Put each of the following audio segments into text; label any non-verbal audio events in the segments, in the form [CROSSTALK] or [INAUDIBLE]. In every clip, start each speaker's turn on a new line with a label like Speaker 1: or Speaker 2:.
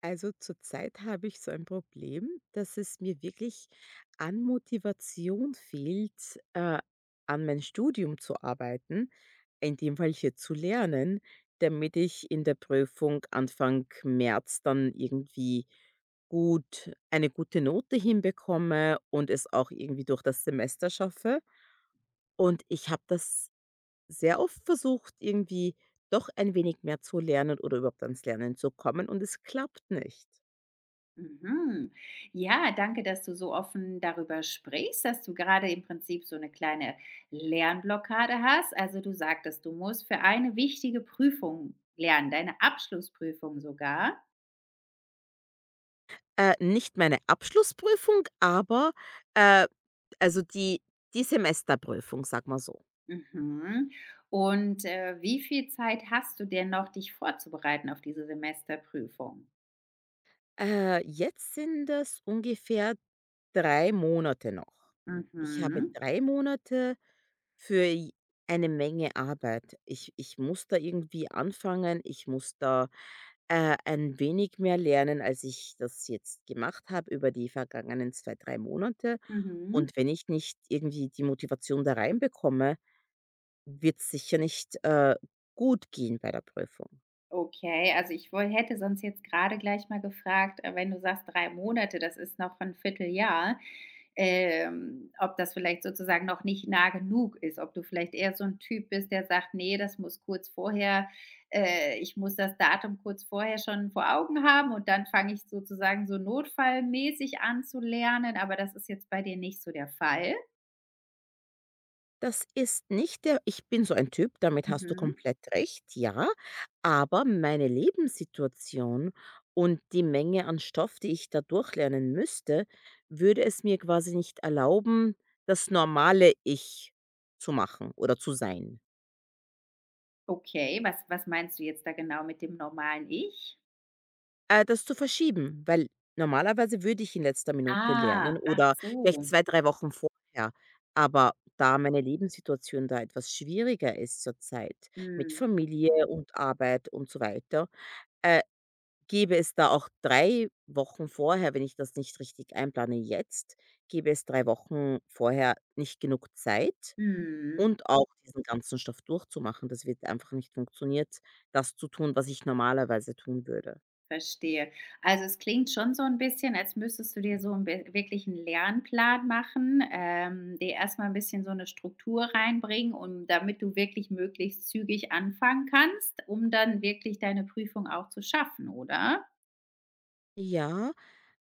Speaker 1: Also zurzeit habe ich so ein Problem, dass es mir wirklich an Motivation fehlt, an mein Studium zu arbeiten, in dem Fall hier zu lernen, damit ich in der Prüfung Anfang März dann irgendwie gut eine gute Note hinbekomme und es auch irgendwie durch das Semester schaffe. Und ich habe das sehr oft versucht, irgendwie doch ein wenig mehr zu lernen oder überhaupt ans Lernen zu kommen und es klappt nicht.
Speaker 2: Mhm. Ja, danke, dass du so offen darüber sprichst, dass du gerade im Prinzip so eine kleine Lernblockade hast. Also du sagtest, du musst für eine wichtige Prüfung lernen, deine Abschlussprüfung sogar.
Speaker 1: Nicht meine Abschlussprüfung, aber, äh, also die Semesterprüfung, sag mal so.
Speaker 2: Mhm. Und wie viel Zeit hast du denn noch, dich vorzubereiten auf diese Semesterprüfung?
Speaker 1: Jetzt sind es ungefähr 3 Monate noch. Ich habe
Speaker 2: Mhm.
Speaker 1: 3 Monate für j eine Menge Arbeit. Ich muss da irgendwie anfangen. Ich muss da, ein wenig mehr lernen, als ich das jetzt gemacht habe über die vergangenen 2, 3 Monate.
Speaker 2: Mhm.
Speaker 1: Und wenn ich nicht irgendwie die Motivation da reinbekomme, wird es sicher nicht, gut gehen bei der Prüfung.
Speaker 2: Okay, also ich hätte sonst jetzt gerade gleich mal gefragt, wenn du sagst drei Monate, das ist noch ein Vierteljahr. Ob das vielleicht sozusagen noch nicht nah genug ist, ob du vielleicht eher so ein Typ bist, der sagt: „Nee, das muss kurz vorher ich muss das Datum kurz vorher schon vor Augen haben und dann fange ich sozusagen so notfallmäßig an zu lernen“, aber das ist jetzt bei dir nicht so der Fall?
Speaker 1: Das ist nicht der. Ich bin so ein Typ, damit hast du
Speaker 2: Mhm.
Speaker 1: komplett recht, ja, aber meine Lebenssituation und die Menge an Stoff, die ich da durchlernen müsste, würde es mir quasi nicht erlauben, das normale Ich zu machen oder zu sein.
Speaker 2: Okay, was meinst du jetzt da genau mit dem normalen Ich?
Speaker 1: Das zu verschieben, weil normalerweise würde ich in letzter Minute
Speaker 2: Ah,
Speaker 1: lernen
Speaker 2: ach
Speaker 1: oder vielleicht
Speaker 2: so.
Speaker 1: 2, 3 Wochen vorher. Aber da meine Lebenssituation da etwas schwieriger ist zurzeit mit
Speaker 2: Mhm.
Speaker 1: Familie und Arbeit und so weiter, äh, gäbe es da auch 3 Wochen vorher, wenn ich das nicht richtig einplane jetzt, gäbe es 3 Wochen vorher nicht genug Zeit
Speaker 2: Mhm.
Speaker 1: und auch diesen ganzen Stoff durchzumachen. Das wird einfach nicht funktioniert, das zu tun, was ich normalerweise tun würde.
Speaker 2: Verstehe. Also, es klingt schon so ein bisschen, als müsstest du dir so ein bi wirklich 'n Lernplan machen, dir erstmal ein bisschen so eine Struktur reinbringen, um damit du wirklich möglichst zügig anfangen kannst, um dann wirklich deine Prüfung auch zu schaffen, oder?
Speaker 1: Ja,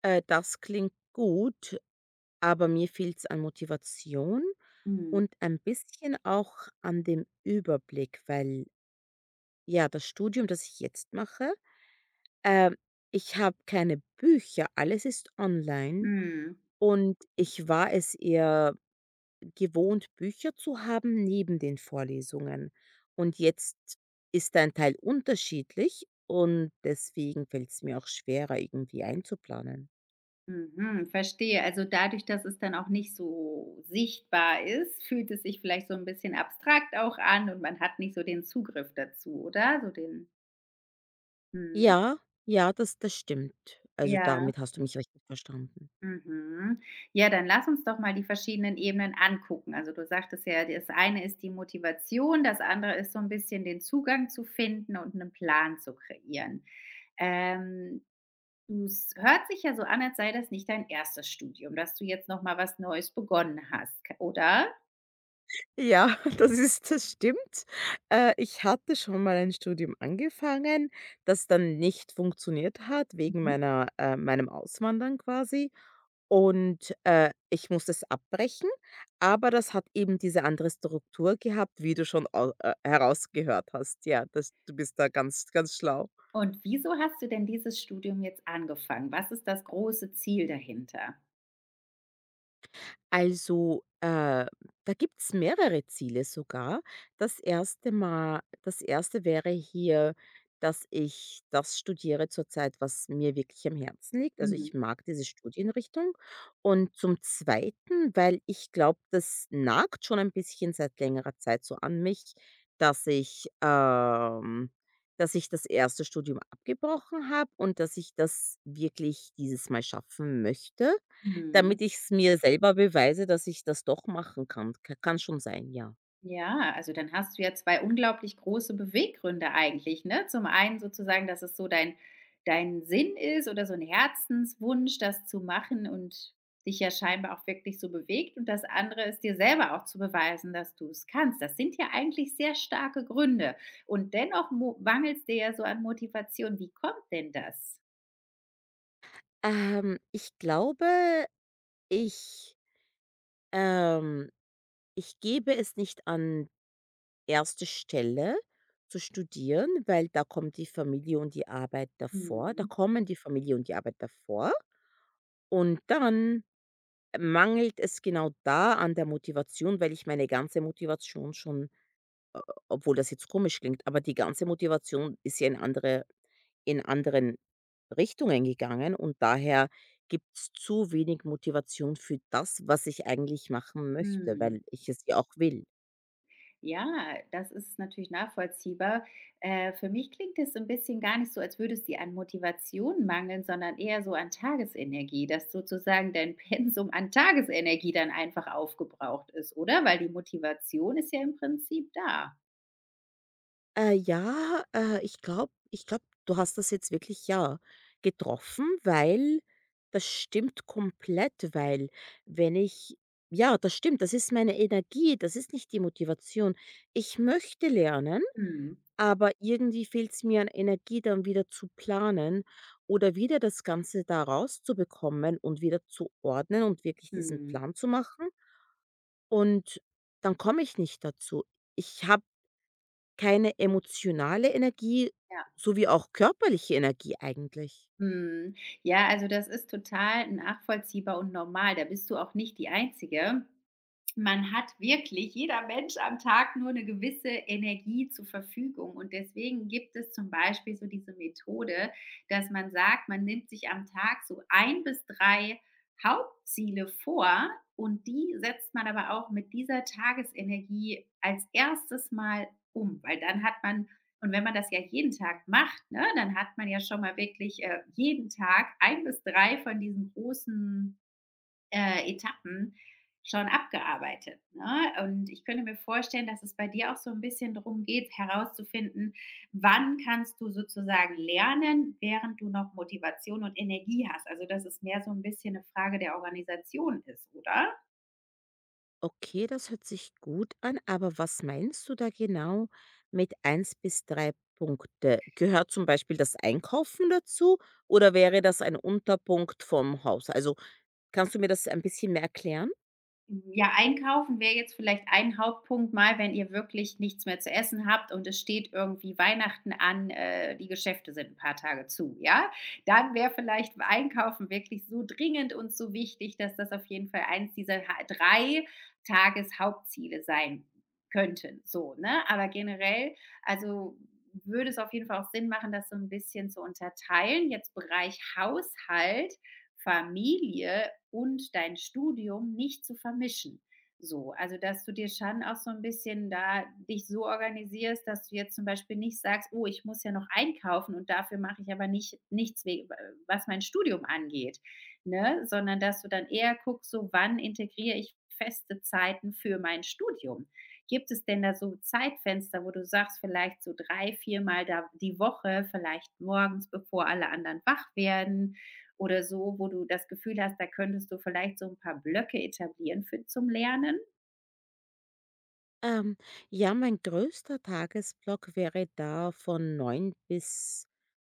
Speaker 1: das klingt gut, aber mir fehlt es an Motivation
Speaker 2: Mhm.
Speaker 1: und ein bisschen auch an dem Überblick, weil, ja, das Studium, das ich jetzt mache, ähm, ich habe keine Bücher, alles ist online
Speaker 2: Mhm.
Speaker 1: und ich war es eher gewohnt, Bücher zu haben neben den Vorlesungen. Und jetzt ist ein Teil unterschiedlich und deswegen fällt es mir auch schwerer, irgendwie einzuplanen.
Speaker 2: Mhm, verstehe. Also, dadurch, dass es dann auch nicht so sichtbar ist, fühlt es sich vielleicht so ein bisschen abstrakt auch an und man hat nicht so den Zugriff dazu, oder? So den Mhm,
Speaker 1: Ja, ja, das stimmt. Also,
Speaker 2: ja.
Speaker 1: damit hast du mich richtig verstanden.
Speaker 2: Mhm. Ja, dann lass uns doch mal die verschiedenen Ebenen angucken. Also du sagtest ja, das eine ist die Motivation, das andere ist so ein bisschen den Zugang zu finden und einen Plan zu kreieren. Ähm, Es hört sich ja so an, als sei das nicht dein erstes Studium, dass du jetzt noch mal was Neues begonnen hast, oder?
Speaker 1: Ja, [LAUGHS] das stimmt. Ich hatte schon mal ein Studium angefangen, das dann nicht funktioniert hat wegen
Speaker 2: Mhm.
Speaker 1: meiner meinem Auswandern quasi und, ich musste es abbrechen, aber das hat eben diese andere Struktur gehabt, wie du schon au herausgehört hast. Ja, das du bist da ganz, ganz schlau.
Speaker 2: Und wieso hast du denn dieses Studium jetzt angefangen? Was ist das große Ziel dahinter?
Speaker 1: Also, da gibt's mehrere Ziele sogar. Das erste wäre hier, dass ich das studiere zurzeit, was mir wirklich am Herzen liegt. Also,
Speaker 2: Mhm.
Speaker 1: ich mag diese Studienrichtung. Und zum Zweiten, weil ich glaube, das nagt schon ein bisschen seit längerer Zeit so an mich, dass ich, ähm dass ich das erste Studium abgebrochen habe und dass ich das wirklich dieses Mal schaffen möchte.
Speaker 2: Mhm.
Speaker 1: Damit ich es mir selber beweise, dass ich das doch machen kann. K kann schon sein, ja.
Speaker 2: Ja, also dann hast du ja 2 unglaublich große Beweggründe eigentlich, ne? Zum einen sozusagen, dass es so dein Sinn ist oder so ein Herzenswunsch, das zu machen und dich ja scheinbar auch wirklich so bewegt, und das andere ist, dir selber auch zu beweisen, dass du es kannst. Das sind ja eigentlich sehr starke Gründe und dennoch mo mangelt's dir ja so an Motivation. Wie kommt denn das?
Speaker 1: Ich glaube, ich ähm, ich gebe es nicht an erste Stelle zu studieren, weil da kommt die Familie und die Arbeit davor. Da
Speaker 2: Mhm,
Speaker 1: kommen die Familie und die Arbeit davor. Und dann mangelt es genau da an der Motivation, weil ich meine ganze Motivation schon. Äh, obwohl das jetzt komisch klingt, aber die ganze Motivation ist ja in anderen Richtungen gegangen und daher gibt's zu wenig Motivation für das, was ich eigentlich machen möchte,
Speaker 2: mhm.
Speaker 1: weil ich es ja auch will.
Speaker 2: Ja, das ist natürlich nachvollziehbar. Für mich klingt es so 'n bisschen gar nicht so, als würde es dir an Motivation mangeln, sondern eher so an Tagesenergie, dass sozusagen dein [LAUGHS] Pensum an Tagesenergie dann einfach aufgebraucht ist, oder? Weil die Motivation ist ja im Prinzip da.
Speaker 1: Ja, ich glaube, du hast das jetzt wirklich, ja, getroffen, weil das stimmt komplett, weil wenn ich ja, das stimmt, das ist meine Energie, das ist nicht die Motivation. Ich möchte lernen.
Speaker 2: Mhm,
Speaker 1: Aber irgendwie fehlt es mir an Energie, dann wieder zu planen oder wieder das Ganze da rauszubekommen und wieder zu ordnen und wirklich diesen
Speaker 2: mhm,
Speaker 1: Plan zu machen. Und dann komme ich nicht dazu. Ich habe keine emotionale Energie
Speaker 2: ja,
Speaker 1: sowie auch körperliche Energie eigentlich.
Speaker 2: mhm. Ja, also das ist total nachvollziehbar und normal. Da bist du auch nicht die Einzige. Man hat wirklich, jeder Mensch am Tag nur eine gewisse Energie zur Verfügung, und deswegen gibt es zum Beispiel so diese Methode, dass man sagt, man nimmt sich am Tag so ein bis 3 Hauptziele vor und die setzt man aber auch mit dieser Tagesenergie als erstes Mal um, weil dann hat man, und wenn man das ja jeden Tag macht, ne, dann hat man ja schon mal wirklich, jeden Tag ein bis 3 von diesen großen Etappen schon abgearbeitet. Ne? Und ich könnte mir vorstellen, dass es bei dir auch so ein bisschen darum geht, herauszufinden, wann kannst du sozusagen lernen, während du noch Motivation und Energie hast. Also dass es mehr so ein bisschen eine Frage der Organisation ist, oder?
Speaker 1: Okay, das hört sich gut an, aber was meinst du da genau mit eins bis 3 Punkte? Gehört zum Beispiel das Einkaufen dazu oder wäre das ein Unterpunkt vom Haus? Also, kannst du mir das ein bisschen mehr erklären?
Speaker 2: Ja, einkaufen wäre jetzt vielleicht ein Hauptpunkt mal, wenn ihr wirklich nichts mehr zu essen habt und es steht irgendwie Weihnachten an, die Geschäfte sind ein paar Tage zu, ja? Dann wäre vielleicht Einkaufen wirklich so dringend und so wichtig, dass das auf jeden Fall eins dieser ha 3 Tageshauptziele sein könnten, so, ne? Aber generell, also, würde es auf jeden Fall auch Sinn machen, das so ein bisschen zu unterteilen. Jetzt Bereich Haushalt, Familie und dein Studium nicht zu vermischen. So, also dass du dir schon auch so ein bisschen da dich so organisierst, dass du jetzt zum Beispiel nicht sagst: „Oh, ich muss ja noch einkaufen und dafür mache ich aber nicht nichts we was mein Studium angeht“, ne? Sondern dass du dann eher guckst, so: „Wann integriere ich feste Zeiten für mein Studium?“ Gibt es denn da so Zeitfenster, wo du sagst, vielleicht so 3 viermal da die Woche, vielleicht morgens, bevor alle anderen wach werden, oder so, wo du das Gefühl hast, da könntest du vielleicht so ein paar Blöcke etablieren für zum Lernen?
Speaker 1: Ähm, ja, mein größter Tagesblock wäre da von neun bis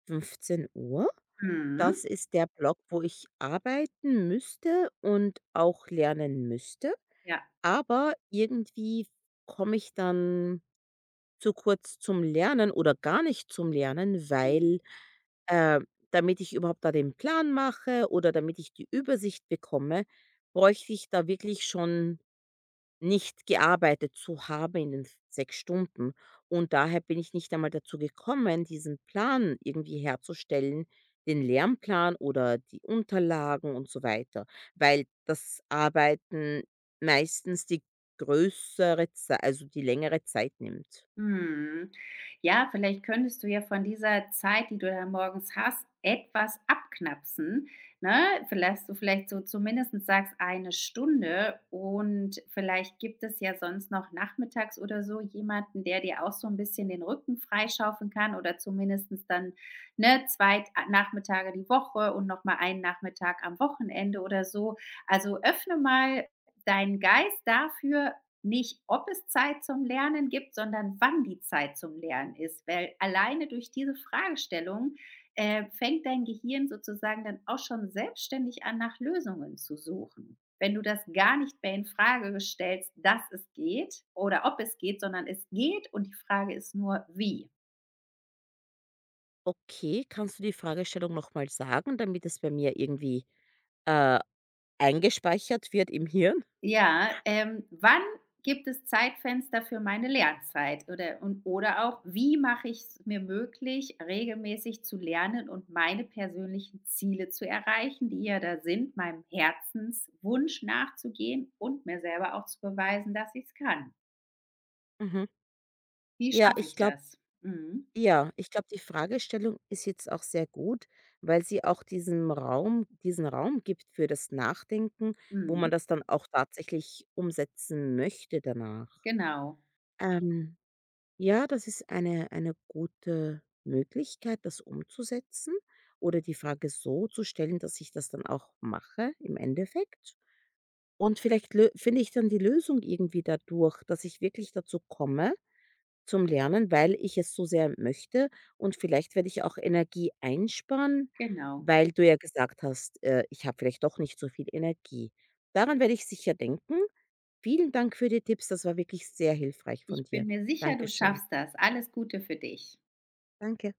Speaker 1: fünfzehn Uhr.
Speaker 2: Mhm.
Speaker 1: Das ist der Block, wo ich arbeiten müsste und auch lernen müsste.
Speaker 2: Ja.
Speaker 1: Aber irgendwie komme ich dann zu kurz zum Lernen oder gar nicht zum Lernen,
Speaker 2: Mhm.
Speaker 1: weil, äh, damit ich überhaupt da den Plan mache oder damit ich die Übersicht bekomme, bräuchte ich da wirklich schon nicht gearbeitet zu haben in den 6 Stunden. Und daher bin ich nicht einmal dazu gekommen, diesen Plan irgendwie herzustellen, den Lernplan oder die Unterlagen und so weiter, weil das Arbeiten meistens die größere Zei also die längere Zeit nimmt.
Speaker 2: Mhm. Ja, vielleicht könntest du ja von dieser Zeit, die du da morgens hast, etwas abknapsen, ne? Vielleicht so zumindest sagst, eine Stunde, und vielleicht gibt es ja sonst noch nachmittags oder so jemanden, der dir auch so ein bisschen den Rücken freischaufeln kann oder zumindestens dann, ne, 2 Nachmittage die Woche und noch mal einen Nachmittag am Wochenende oder so. Also, öffne mal deinen Geist dafür, nicht, ob es Zeit zum Lernen gibt, sondern wann die Zeit zum Lernen ist, weil alleine durch diese Fragestellung, fängt dein Gehirn sozusagen dann auch schon selbstständig an, nach Lösungen zu suchen. Wenn du das gar nicht mehr in Frage stellst, dass es geht oder ob es geht, sondern es geht und die Frage ist nur: Wie?
Speaker 1: Okay, kannst du die Fragestellung noch mal sagen, damit es bei mir irgendwie, äh, eingespeichert wird im Hirn?
Speaker 2: Ja, wann gibt es Zeitfenster für meine Lernzeit? Oder, und oder auch, wie mache ich es mir möglich, regelmäßig zu lernen und meine persönlichen Ziele zu erreichen, die ja da sind, meinem Herzenswunsch nachzugehen und mir selber auch zu beweisen, dass ich es kann?
Speaker 1: Mhm.
Speaker 2: Wie
Speaker 1: Ja,
Speaker 2: schaffe
Speaker 1: ich
Speaker 2: ich
Speaker 1: glaube
Speaker 2: das? Mhm.
Speaker 1: ja, ich glaube, die Fragestellung ist jetzt auch sehr gut, weil sie auch diesem Raum diesen Raum gibt für das Nachdenken, wo man
Speaker 2: Mhm.
Speaker 1: das dann auch tatsächlich umsetzen möchte danach.
Speaker 2: Genau,
Speaker 1: Ähm Ja, das ist eine gute Möglichkeit, das umzusetzen oder die Frage so zu stellen, dass ich das dann auch mache im Endeffekt. Und vielleicht lö finde ich dann die Lösung irgendwie dadurch, dass ich wirklich dazu komme zum Lernen, weil ich es so sehr möchte und vielleicht werde ich auch Energie einsparen,
Speaker 2: genau.
Speaker 1: weil du ja gesagt hast, ich habe vielleicht doch nicht so viel Energie. Daran werde ich sicher denken. Vielen Dank für die Tipps, das war wirklich sehr hilfreich von
Speaker 2: Ich bin
Speaker 1: dir.
Speaker 2: mir sicher, du
Speaker 1: Dankeschön.
Speaker 2: schaffst das. Alles Gute für dich.
Speaker 1: Danke.